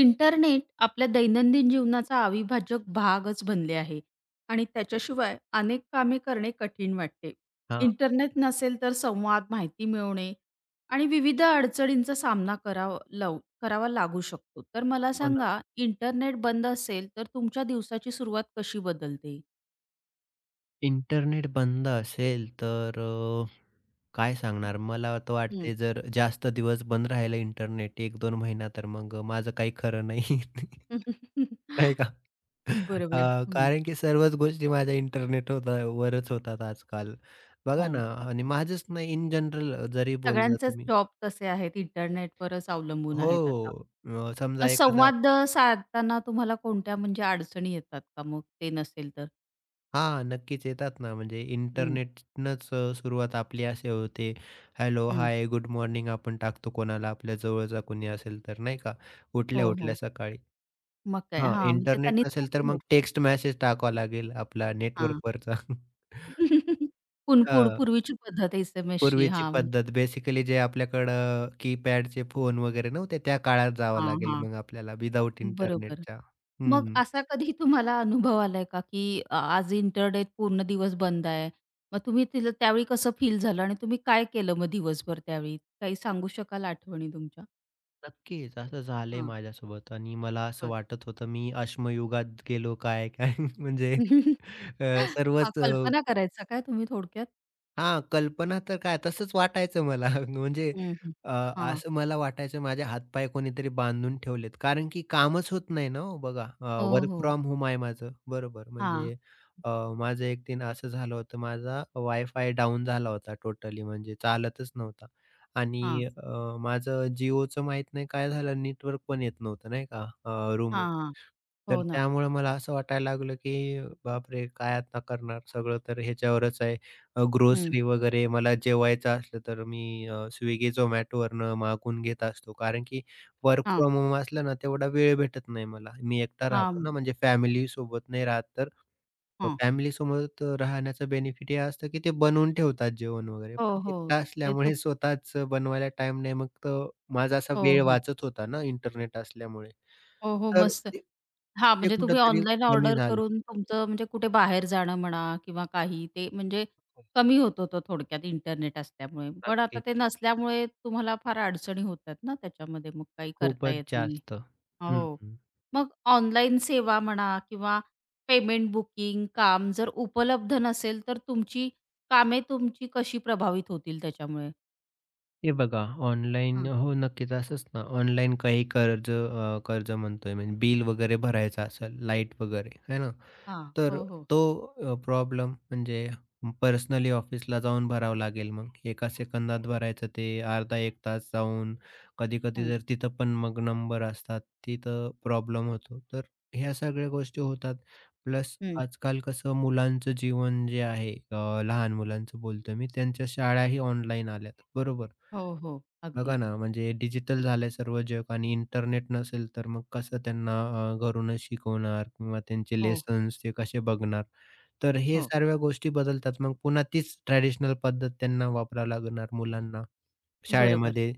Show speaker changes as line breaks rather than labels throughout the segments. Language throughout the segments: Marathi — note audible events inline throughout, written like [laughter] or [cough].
इंटरनेट आपल्या दैनंदिन जीवनाचा अविभाज्य भागच बनले आहे आणि त्याच्याशिवाय अनेक कामे करणे कठीण वाटते.
हां,
इंटरनेट नसेल तर संवाद, माहिती मिळवणे आणि विविध अडचणींचा सामना करावा लागू शकतो. तर मला
हो ना.
सांगा, इंटरनेट बंद असेल तर तुमच्या दिवसाची सुरुवात कशी बदलते?
इंटरनेट बंद असेल तर काय सांगणार? मला तर
हं.
वाटते जर जास्त दिवस बंद राहिलं इंटरनेट एक दोन महिना तर मग माझं काही खरं नाही. [laughs] नाही
[laughs]
का?
बरोबर. हं.
कारण की सर्वच गोष्टी माझ्या इंटरनेट होता वरच होतात आजकाल. बघा
हो.
ना आणि माझंच नाही इन जनरल जरी बोलला
सगळ्यांचेच
तुम्ही
जॉब तसे आहेत. इंटरनेटवरच अवलंबून आहेत आता.
हो. समजा एखादा
संवाद साधताना तुम्हाला कोणत्या म्हणजे अडचणी येतात का मग ते नसेल तर?
हां, नक्कीच येतात ना. म्हणजे
हं,
इंटरनेटनंच सुरुवात आपली अशी होते. हॅलो,
हं.
हाय, गुड मॉर्निंग आपण टाकतो कोणाला आपल्या जवळचा कोणी असेल तर, नाही का?
हो, हो.
उठल्या-उठल्या सकाळी.
मग काय?
हां,
हां, म्हणजे
इंटरनेट
त्यांनी
नसेल तर
चालू
मग
होतं.
टेक्स्ट मेसेज टाकावा लागेल आपला
हां.
नेटवर्कवरचा. [laughs]
[laughs] पुन पूड
हां,
पूर्वीची पद्धत SMSची.
पूर्वीची
हां,
पद्धत बेसिकली जे आपल्याकडं कीपॅडचे फोन वगैरे नव्हते, त्या काळात जावं
हां,
लागेल
हां.
मग आपल्याला विदाऊट
बरोबर.
इंटरनेटच्या.
मग असा कधी तुम्हाला अनुभव आलाय का, की आज इंटरनेट पूर्ण दिवस बंद आहे. मग तुम्ही तिला त्यावेळी कसं फील झालं आणि तुम्ही काय केलं मग दिवसभर त्यावेळी? काही सांगू शकाल आठवणी तुमच्या?
नक्कीच. असं झालंय
हां.
माझ्यासोबत आणि मला असं
बरं.
वाटत होतं मी अश्मयुगात गेलो काय काय [laughs] म्हणजे
हां,
अ,
[laughs]
सर्वच अ,
कल्पना करायचा काय तुम्ही थोडक्यात?
हां, कल्पना तर काय तसंच वाटायचं मला [laughs] म्हणजे
हं, हं.
अ,
हां.
असं मला वाटायचं माझे हातपाय कोणीतरी बांधून ठेवलेत. कारण की कामच होत नाही ना हो बघा.
हो,
वर्क
हो.
फ्रॉम होम आहे माझं. बरोबर
हां,
म्हणजे अ, माझं एक दिन असं झालं होतं माझा वायफाय डाउन झाला होता टोटली म्हणजे चालतच नव्हता.
हां,
आणि माझं जिओचं माहीत नाही काय झालं नेटवर्क पण येत नव्हतं नाही का रूमवर.
हां, हां.
तर
हो ना.
त्यामुळे मला असं वाटायला लागलं की बापरे! काय आता करणार सगळं तर ह्याच्यावरच आहे.
हं.
ग्रोसरी वगैरे मला जेवायचं असलं तर मी Swiggy, Zomatoवरनं मागवून घेत असतो. कारण की वर्क
हां,
फ्रॉम होम असलं ना, तेवढा वेळ भेटत नाही मला. मी एकटा राहतो
हां,
ना, म्हणजे फॅमिलीसोबत नाही राहत तर
हां.
फॅमिलीसोबत राहण्याचं बेनिफिट हे असतं, की ते बनवून ठेवतात जेवण वगैरे.
हो,
पण
हो.
एकटा
ते तू
असल्यामुळे स्वतःच बनवायला टाईम नाही. मग तर माझा असा
हो,
वेळ
हो.
वाचत होता ना इंटरनेट असल्यामुळे.
हो, हो.
तर
मस्त.
ते
हां,
ते
म्हणजे तुम्ही
कुठेतरी
ऑनलाईन
कमी
ऑर्डर
झालं.
करून तुमचं म्हणजे कुठे बाहेर जाणं म्हणा किंवा काही ते म्हणजे
हो,
कमी होत होतं थोडक्यात इंटरनेट असल्यामुळे. पण आता ते
नक्कीच.
नसल्यामुळे तुम्हाला फार अडचणी होतात ना त्याच्यामध्ये मग काही करता
खूपच
येत नाही.
जास्त. हं,
हो. मग ऑनलाईन सेवा म्हणा किंवा पेमेंट बुकिंग काम जर उपलब्ध नसेल, तर तुमची कामे कशी प्रभावित होतील त्याच्यामुळे?
हे बघा ऑनलाईन
हां,
हो, नक्कीच असंच ना, ऑनलाईन काही कर्ज कर्ज म्हणतोय म्हणजे बिल वगैरे भरायचं असेल, लाईट वगैरे है ना,
हां.
तर
हो, हो.
तो प्रॉब्लेम म्हणजे पर्सनली ऑफिसला जाऊन भरावं लागेल मग. एका सेकंदात भरायचं ते अर्धा-1 तास जाऊन, कधी-कधी
हं,
जर तिथं पण मग नंबर असतात, तिथं प्रॉब्लेम होतो. तर ह्या सगळ्या गोष्टी होतात. प्लस
हं.
आजकाल कसं मुलांचं जीवन जे आहे, लहान मुलांचं बोलतोय मी, त्यांच्या शाळाही ऑनलाईन आल्यात, बरोबर?
हो, हो.
बघा
अगदीच.
ना, म्हणजे डिजिटल झालंय सर्व जग आणि इंटरनेट नसेल तर मग कसं त्यांना घरूनच शिकवणार किंवा त्यांचे
हो, हो.
लेसन्स ते कसे बघणार. तर हे
हो.
सर्व्या गोष्टी बदलतात. मग पुन्हा तीच ट्रेडिशनल पद्धत त्यांना वापरावी लागणार मुलांना.
बरोबर.
शाळेमध्ये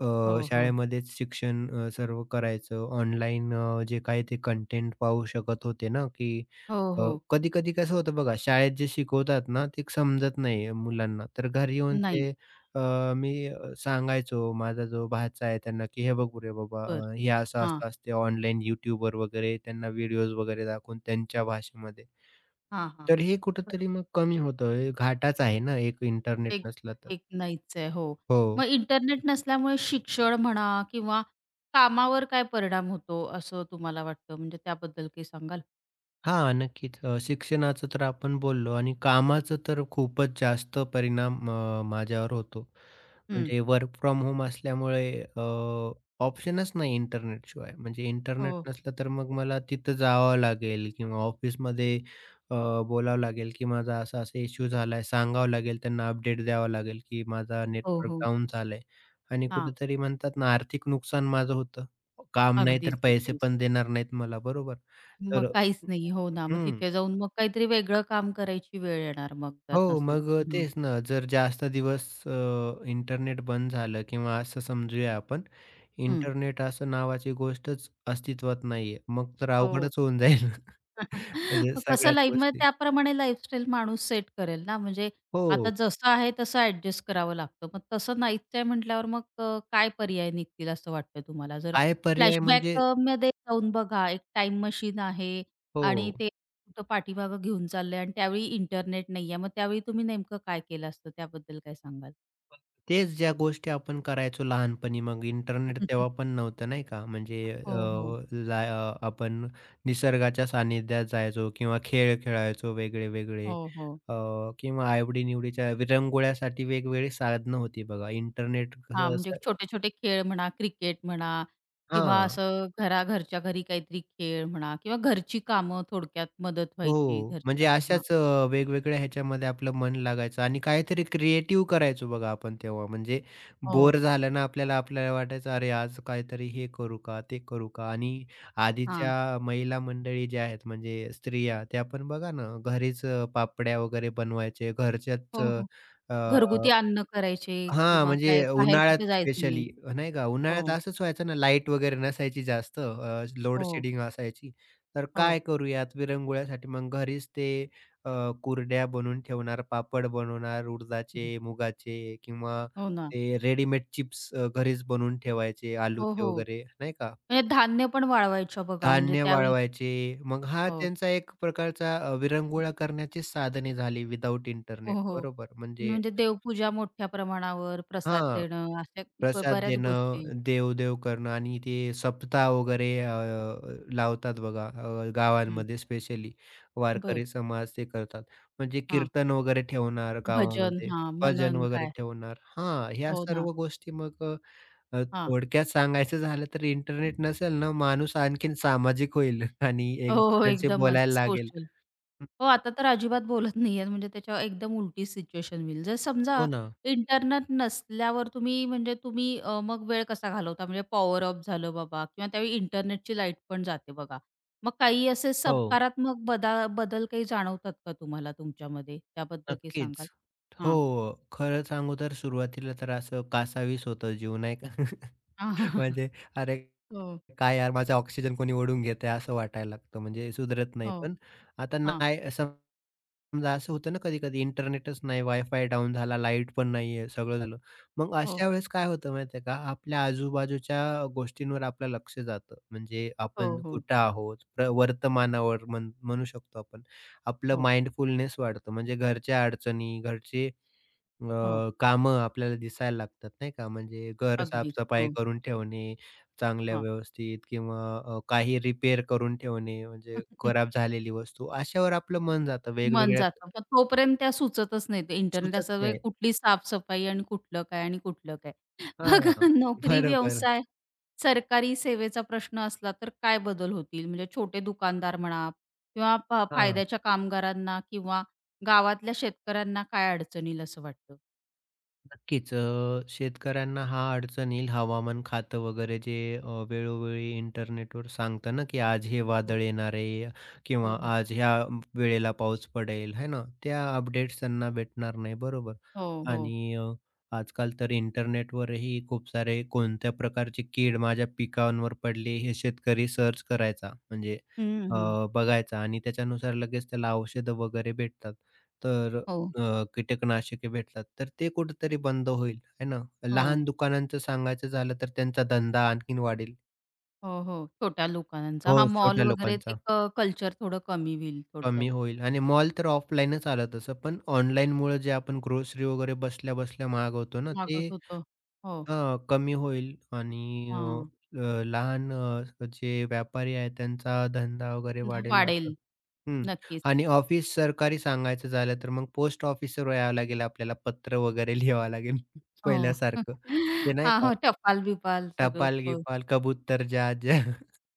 अ,
हो, हो.
शाळेमध्येच शिक्षण सर्व करायचं. ऑनलाईन जे काही ते कंटेंट पाहू शकत होते ना, की
हो, हो.
कधी-कधी कसं होतं बघा, शाळेत जे शिकवतात ना, ते समजत नाही मुलांना. तर घरी येऊन
नाही.
ते मी सांगायचो माझा जो भाचा आहे त्यांना, की "हे बघ रे बाबा
बरं.
हे असं,
हां,
असं असते ऑनलाईन YouTubeवर वगैरे त्यांना व्हिडिओज वगैरे दाखवून त्यांच्या भाषेमध्ये."
हां, हां.
तर हे कुठेतरी मग कमी होतं. हे घाटाच आहे ना एक इंटरनेट
एक
नसला तर.
एक नाहीच आहे. हो.
हो.
मग इंटरनेट नसल्यामुळे शिक्षण म्हणा किंवा कामावर काय परिणाम होतो असं तुम्हाला वाटतं? म्हणजे त्याबद्दल काही सांगाल?
हां, नक्कीच. शिक्षणाचं तर आपण बोललो आणि कामाचं तर खूपच जास्त परिणाम माझ्यावर होतो.
हं.
म्हणजे वर्क फ्रॉम होम असल्यामुळे अ, ऑप्शनच नाही इंटरनेटशिवाय. म्हणजे
हो,
इंटरनेट
हो.
नसलं तर मग मला तिथं जावं लागेल किंवा ऑफिसमध्ये अ, बोलावं लागेल, की माझा असा-असा इश्यू झालाय, सांगावं लागेल, त्यांना अपडेट द्यावा लागेल, की माझा
हो,
नेटवर्क
हो.
डाऊन झालाय आणि
हां.
कुठेतरी म्हणतात ना, आर्थिक नुकसान माझं होतं. काम नाही तर
अगदीच,
पैसे
अगदीच.
पण देणार नाहीत मला, बरोबर?
मग
तर
काहीच नाही. हो ना. मग
हं.
तिथे जाऊन मग काहीतरी वेगळं काम करायची वेळ येणार मग जर
हो,
नसेल
मग
तर. हां.
तेच ना, जर जास्त दिवस इंटरनेट बंद झालं किंवा असं समजूया आपण,
हं.
इंटरनेट असं नावाची गोष्टच अस्तित्वात नाहीये. मग तर
हो.
अवघडच होऊन जाईल. [laughs]
[laughs]
म्हणजे
मग कसं
सगळ्याच
लाईफ मग
गोष्टी
त्याप्रमाणे लाईफस्टाईल माणूस सेट करेल ना. म्हणजे आता
हो,
जसं आहे तसं ॲडजस्ट करावं लागतं. मग तसं नाहीच आहे म्हटल्यावर मग काय पर्याय निघतील असं वाटतं तुम्हाला? जर
काय पर्याय
फ्लॅशबॅक
म्हणजे
मध्ये जाऊन बघा एक टाईम मशीन आहे आणि
हो,
ते कुठं पाठीमागं घेऊन चाललंय आणि त्यावेळी इंटरनेट नाहीये. मग त्यावेळी तुम्ही नेमकं काय केलं असतं? त्याबद्दल काय सांगाल?
तेच ज्या गोष्टी आपण करायचो लहानपणी, मग इंटरनेट
हं, हं.
तेव्हा पण नव्हतं नाही का? म्हणजे
हो, हो.
आपण निसर्गाच्या सानिध्यात जायचो किंवा खेळ खेळायचो वेगळे-वेगळे.
हो, हो.
अ, किंवा आवडी-निवडीच्या विरंगुळ्यासाठी वेगवेगळी साधनं होती बघा. इंटरनेट
हां,
कसं
म्हणजे
असं
छोटे-छोटे खेळ म्हणा, क्रिकेट म्हणा किंवा
हां.
असं घरच्या घरी काहीतरी खेळ म्हणा किंवा घरची कामं थोडक्यात मदत व्हायची
हो. म्हणजे
घरच्या हां.
अशाच वेगवेगळ्या ह्याच्यामध्ये आपलं मन लागायचं आणि काहीतरी क्रिएटिव्ह करायचो बघा आपण तेव्हा. म्हणजे
हो,
बोर झालं ना आपल्याला, आपल्याला वाटायचं, "अरे, आज काहीतरी हे करू का, ते करू का?" आणि
हां.
आधीच्या महिला मंडळी ज्या आहेत म्हणजे स्त्रिया, त्या पण बघा ना घरीच पापड्या वगैरे बनवायचे.
हो, हो. घरगुती
अ,
अन्न करायचे
हां,
किंवा काय
म्हणजे
बाहेर
उन्हाळ्यात
कुठे जायचं नाही.
स्पेशली नाही का, उन्हाळ्यात
हो,
असंच व्हायचं ना, लाईट वगैरे नसायची जास्त लोड
हो,
शेडिंग असायची. तर
हो.
काय करूयात विरंगुळ्यासाठी मग घरीच ते अ, कुरड्या बनवून ठेवणार, पापड बनवणार
हं,
उडदाचे, मुगाचे किंवा
हो ना.
ते रेडीमेड चिप्स घरीच बनवून ठेवायचे
हो,
आलूचे
हो.
वगैरे नाही का.
म्हणजे धान्य पण वाळवायच्या बघा म्हणजे
धान्य
त्यावेळी
वाळवायचे. मग हा
हो.
त्यांचा एक प्रकारचा विरंगुळा करण्याची साधने झाली विदाऊट
हो,
इंटरनेट
हो.
बरोबर म्हणजे
म्हणजे देवपूजा मोठ्या प्रमाणावर, प्रसाद
हां.
देणं अशा
प्रसाद
बऱ्याच
देणं,
गोष्टी.
देवदेव करणं आणि ते सप्ताह वगैरे लावतात बघा
हं,
गावांमध्ये स्पेशली
बरं.
वारकरी समाज ते करतात. म्हणजे
हां.
कीर्तन वगैरे ठेवणार
भजन,
गावामध्ये,
हां,
भजन
मनन
वगैरे
काय.
ठेवणार. हां, ह्या
हो ना.
सर्व गोष्टी मग
हां.
थोडक्यात सांगायचं झालं तर इंटरनेट नसेल ना, माणूस आणखीन सामाजिक होईल [laughs] आणि एक
हो, हो.
दुसऱ्याशी
एकदमच
बोलायला लागेल.
सोशल.
हं,
हो, आता तर अजिबात बोलत नाहीयेत म्हणजे त्याच्या एकदम उलटी सिच्युएशन होईल. जर समजा
हो ना.
इंटरनेट नसल्यावर तुम्ही म्हणजे तुम्ही मग वेळ कसा घालवता? म्हणजे पॉवर ऑफ झालं बाबा किंवा त्यावेळी इंटरनेटची लाईट पण जाते बघा. मग काही असे
हो.
सकारात्मक बदल काही जाणवतात का तुम्हाला तुमच्यामध्ये? त्याबद्दल काही सांगाल?
नक्कीच. हो,
हां.
खरं सांगू तर सुरुवातीला तर असं कासावीस होतं जीव नाही का? [laughs]
[laughs]
म्हणजे अरे
हो,
काय यार माझा ऑक्सिजन कोणी ओढून घेतंय असं वाटायला लागतं म्हणजे सुधरत नाही.
हो.
पण आता
हां.
नाही समजा असं होतं ना कधी-कधी इंटरनेटच नाही, वायफाय डाऊन झाला, लाईट पण नाहीये, सगळं झालं. मग
हो.
अशा वेळेस काय होतं माहिती आहे का, आपल्या आजूबाजूच्या गोष्टींवर आपलं लक्ष जातं. म्हणजे
हो,
आपण
हो.
कुठं आहोत, वर्तमानावर म्हणू शकतो आपण. आपलं
हो,
माइंडफुलनेस वाढतं म्हणजे घरच्या अडचणी, घरचे अ,
हो.
कामं आपल्याला दिसायला लागतात नाही का? म्हणजे घर
अगदीच.
साफ-सफाई
हो.
करून ठेवणे, चांगल्या व्यवस्थित किंवा काही रिपेअर करून ठेवणे, म्हणजे खराब
[laughs]
झालेली वस्तू, अशावर आपलं मन जातं.
मन
वेगवेगळ्या
जातं. मग तोपर्यंत त्या सुचतच नाहीत. इंटरनेट
सुचत
असं
नाही.
कुठली साफ-सफाई आणि कुठलं काय आणि कुठलं काय. [laughs]
हां,
बघा नोकरी,
बरोबर.
व्यवसाय, सरकारी सेवेचा प्रश्न असला तर काय बदल होतील? म्हणजे छोटे दुकानदार म्हणा किंवा
हां.
फायद्याच्या कामगारांना किंवा गावातल्या शेतकऱ्यांना काय अडचण असं वाटतं?
नक्कीच. शेतकऱ्यांना हा अडचण येईल. हवामान खातं वगैरे जे वेळोवेळी इंटरनेटवर सांगतं ना, की आज हे
हो,
वादळ येणार आहे
हो
किंवा
ना.
आज ह्या वेळेला पाऊस पडेल, है ना? त्या अपडेट्स त्यांना भेटणार नाही, बरोबर.
हो,
हं.
हो.
आणि आजकाल तर इंटरनेटवरही खूप सारे कोणत्या प्रकारची कीड माझ्या पिकांवर पडली, हे शेतकरी सर्च करायचा. म्हणजे
हं, हं.
अ, बघायचा आणि त्याच्यानुसार लगेच त्याला औषधं वगैरे भेटतात. तर
हो,
कीटकनाशके भेटतात, तर ते कुठेतरी बंद होईल, आहे ना? लहान
हो.
दुकानांचं सांगायचं झालं तर त्यांचा धंदा आणखीन वाढेल.
हो, हो. छोट्या दुकानांचा.
हो,
हा मॉल
छोट्या
वगैरे ते
लोकांचा
कल्चर थोडं कमी होईल थोडक्यात.
कमी होईल आणि मॉल तर ऑफलाईनच आलं तसं, पण ऑनलाईनमुळे जे आपण ग्रोसरी वगैरे बसल्या-बसल्या मागवतो ना, ते
मागत होतं. हो.
हां, कमी होईल आणि अ,
हां.
अ, लहान जे व्यापारी आहेत त्यांचा धंदा वगैरे वाढेल असं
वाढेल.
हं.
नक्कीच.
आणि ऑफिस सरकारी सांगायचं झालं तर मग पोस्ट ऑफिसवर यावं लागेल आपल्याला पत्र वगैरे लिहावं लागेल [laughs]
हो.
पहिल्यासारखं. ते
[laughs]
नाही
हां,
का
हो. टपाल-बिपाल सगळं
टपाल-गिपाल, कबूतर ज्या ज्या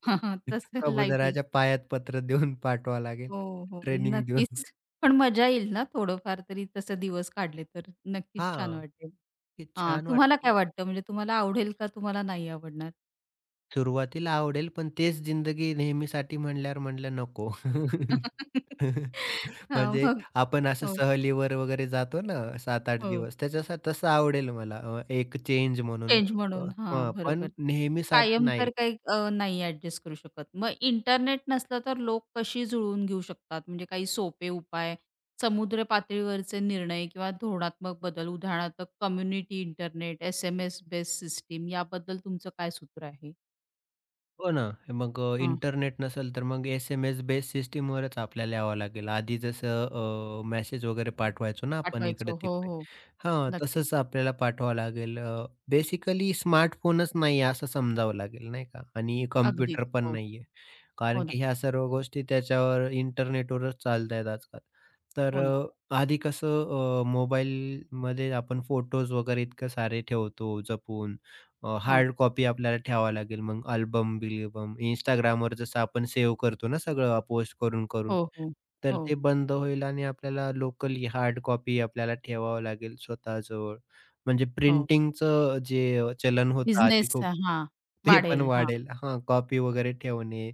[laughs]
[laughs]
तसं लाईफ येईल.
कबुतराच्या पायात पत्र देऊन पाठवावं लागेल,
हो, हो.
ट्रेनिंग देऊन.
नक्कीच. पण मजा येईल ना थोडंफार तरी तसं दिवस काढले तर नक्कीच छान
हां,
वाटेल.
हे
हां,
छान
तुम्हाला काय
वाटेल.
वाटतं म्हणजे तुम्हाला आवडेल का तुम्हाला नाही आवडणार?
सुरुवातीला आवडेल, पण तेच जिंदगी नेहमीसाठी म्हणल्यावर म्हटलं नको.
[laughs]
[laughs]
हां,
म्हणजे
मग
आपण असं
हो,
सहलीवर वगैरे जातो ना 7-8
हो.
दिवस त्याच्यासा तसं आवडेल मला एक चेंज म्हणून.
चेंज
अ,
म्हणून. हां,
हां,
बरोबर.
पण नेहमीसाठी
कायम तर
नाही.
काही नाही ॲडजस्ट करू शकत. मग इंटरनेट नसलं तर लोक कशी जुळवून घेऊ शकतात? म्हणजे काही सोपे उपाय, समुद्र पातळीवरचे निर्णय किंवा धोरणात्मक बदल, उदाहरणार्थ community internet, SMS based system याबद्दल तुमचं काय सूत्र आहे?
हो ना. हे मग
हां,
इंटरनेट नसेल तर मग एस-एम-एस बेस सिस्टमवरच आपल्याला यावं लागेल. आधी जसं मेसेज वगैरे पाठवायचो ना आपण
पाठवायचो. हो,
इकडे-तिकडे.
हो.
हां,
नक्कीच.
तसंच आपल्याला पाठवावं लागेल. बेसिकली स्मार्टफोनच नाही आहे असं समजावं लागेल नाही का आणि
अगदीच.
कॉम्प्युटर पण
हो.
नाहीये. कारण
हो ना.
की ह्या सर्व गोष्टी त्याच्यावर इंटरनेटवरच चालतायत आजकाल. तर
हो ना.
आधी कसं मोबाईलमध्ये आपण फोटोज वगैरे इतकं सारे ठेवतो जपून.
हो.
हार्ड कॉपी आपल्याला ठेवावी लागेल मग अल्बम-बिल्बम. Instagramवर जसं आपण सेव्ह करतो ना सगळं पोस्ट करून-करून.
हो, हो.
तर
हो,
ते बंद होईल आणि आपल्याला लोकली हार्ड कॉपी आपल्याला ठेवावं लागेल स्वतःजवळ. म्हणजे
हो.
प्रिंटिंगचं जे चलन होतं आधी
बिझनेस
खूप,
हां,
ते पण
वाढेल. हां,
वाढेल. हां, कॉपी वगैरे ठेवणे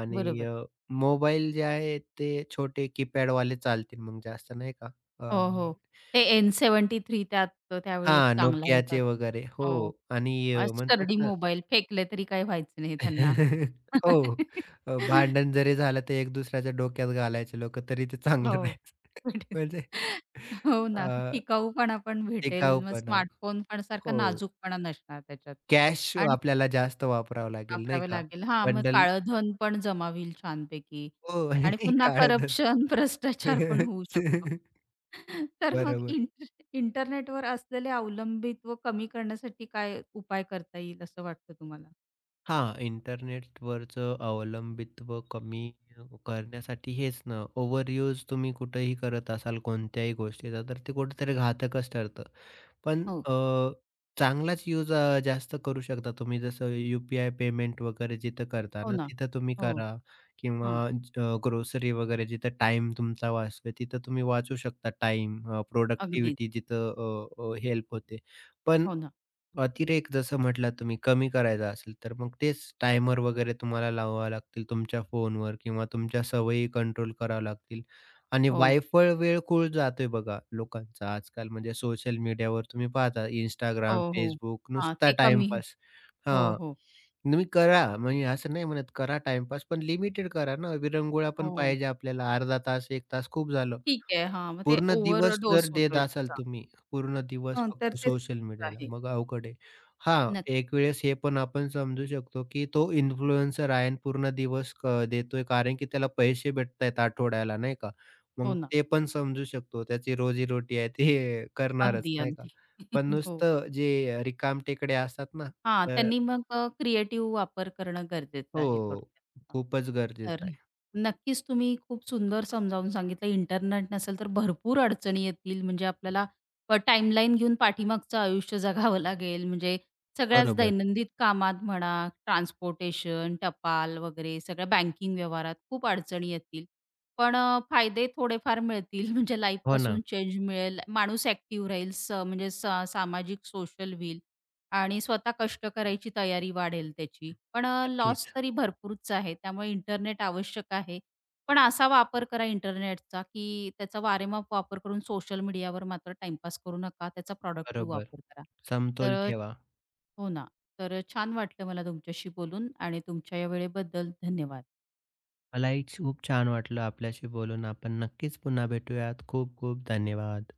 आणि
बरोबर.
मोबाईल जे आहे ते छोटे कीपॅडवाले चालतील मग जास्त नाही का?
हो,
आणि
हो. ते N73 त्यात त्यावेळी एक
हां,
चांगला होता.
Nokiaचे वगैरे. हो
हो.
आणि म्हणतात
स्टर्डी
ना
मोबाईल फेकले तरी काही व्हायचं नाही त्यांना.
[laughs] हो. भांडण
[laughs]
जरी झालं तर एक दुसऱ्याच्या डोक्यात घालायचे लोकं तरी ते
हो.
चांगलं राहायचं. [laughs]
भेटेल.
म्हणजे
हो ना,
अ,
टिकाऊपणा पण भेटेल. मग
टिकाऊपणा
स्मार्टफोन पण सारखा
हो.
नाजूकपणा नसणार त्याच्यात
कॅश
आणि
आपल्याला जास्त वापरावं लागेल नाही
वापरावे
का?
लागेल. हां, मग
बंडल
काळं धन पण जमा होईल छानपैकी
हो.
आणि
[laughs]
पुन्हा
काळं धन.
करप्शन, [laughs] भ्रष्टाचार पण होऊ शकतो.
[laughs]
[laughs] तर मग
बरोबर.
इंटरनेटवर असलेले अवलंबित्व कमी करण्यासाठी काय उपाय करता येईल असं वाटतं तुम्हाला?
हां, इंटरनेटवरचं अवलंबित्व कमी करण्यासाठी हेच ना, ओव्हरयूज तुम्ही कुठेही करत असाल कोणत्याही गोष्टीचा, तर ते कुठेतरी घातकच ठरतं. पण
हो.
चांगलाच यूज जास्त करू शकता तुम्ही. जसं यू-पी-आय पेमेंट वगैरे जिथं करता
हो
ना,
ना.
तिथं तुम्ही
हो.
करा किंवा
हां.
ग्रोसरी वगैरे जिथं टाईम तुमचा वाचतोय, तिथं तुम्ही वाचू शकता टाईम.
अगदीच.
प्रोडक्टिव्हिटी जिथं हेल्प होते. पण
हो ना.
अतिरेक जसं म्हटलात तुम्ही कमी करायचा असेल, तर मग तेच टायमर वगैरे तुम्हाला लावावे लागतील तुमच्या फोनवर किंवा तुमच्या सवयी कंट्रोल कराव्या लागतील. आणि
हो.
वायफळ वेळ खूळ जातोय बघा लोकांचा आजकाल म्हणजे सोशल मीडियावर तुम्ही पाहता Instagram,
हो, हो.
Facebook
हां,
नुसता
ते कमी
टाईमपास.
हो,
हां,
हो,
तुम्ही करा म्हणजे असं नाही म्हणत करा टाईमपास पण लिमिटेड करा ना. विरंगुळा पण
हो.
पाहिजे आपल्याला. अर्धा तास, 1 तास खूप झालं.
ठीक आहे. हां, मग ते
पूर्ण
ओव्हर
दिवस जर
डोस
देत
होतोय
असाल
त्याचा.
तुम्ही, पूर्ण दिवस
हं, तर
फक्त
तेच
सोशल मीडियाला,
आहे.
मग अवघड आहे. हां,
नक्की.
एक वेळेस हे पण आपण समजू शकतो, की तो इन्फ्लुएन्सर आहे आणि पूर्ण दिवस क देतोय कारण की त्याला पैसे भेटतायत आठवड्याला नाही का?
हो
मग
ना.
ते पण समजू शकतो. त्याची रोजी आहे ते करणारच
अगदी,
नाही का?
अगदी.
पण
[laughs] हो.
नुसतं जे रिकामटेकडे असतात ना,
हां,
तर
त्यांनी मग क्रिएटिव्ह वापर करणं गरजेचं आहे
हो,
थोडक्यात. हां.
खूपच गरजेचं
तर
आहे.
नक्कीच तुम्ही खूप सुंदर समजावून सांगितलं. इंटरनेट नसेल तर भरपूर अडचणी येतील. म्हणजे आपल्याला टाईमलाईन घेऊन पाठीमागचं आयुष्य जगावं लागेल. म्हणजे सगळ्याच
बरोबर.
दैनंदिन कामात म्हणा, ट्रान्सपोर्टेशन, टपाल वगैरे सगळ्या बँकिंग व्यवहारात खूप अडचणी येतील. पण फायदे थोडेफार मिळतील. म्हणजे
हो ना,
लाईफपासून चेंज मिळेल. माणूस ॲक्टिव्ह राहील. स म्हणजे स सामाजिक सोशल व्हील आणि स्वतः कष्ट करायची तयारी वाढेल त्याची. पण लॉस
नक्कीच.
तरी भरपूरच आहे. त्यामुळे इंटरनेट आवश्यक आहे. पण असा वापर करा इंटरनेटचा, की त्याचा वारेमाप वापर करून सोशल मीडियावर मात्र टाईमपास करू नका. त्याचा प्रॉडक्टिव्ह
बरोबर.
वापर करा.
समतोल
तर
ठेवा.
हो ना. तर छान वाटलं मला तुमच्याशी बोलून आणि तुमच्या या वेळेबद्दल धन्यवाद.
मलाही खूप छान वाटलं आपल्याशी बोलून. आपण नक्कीच पुन्हा भेटूयात. खूप खूप धन्यवाद.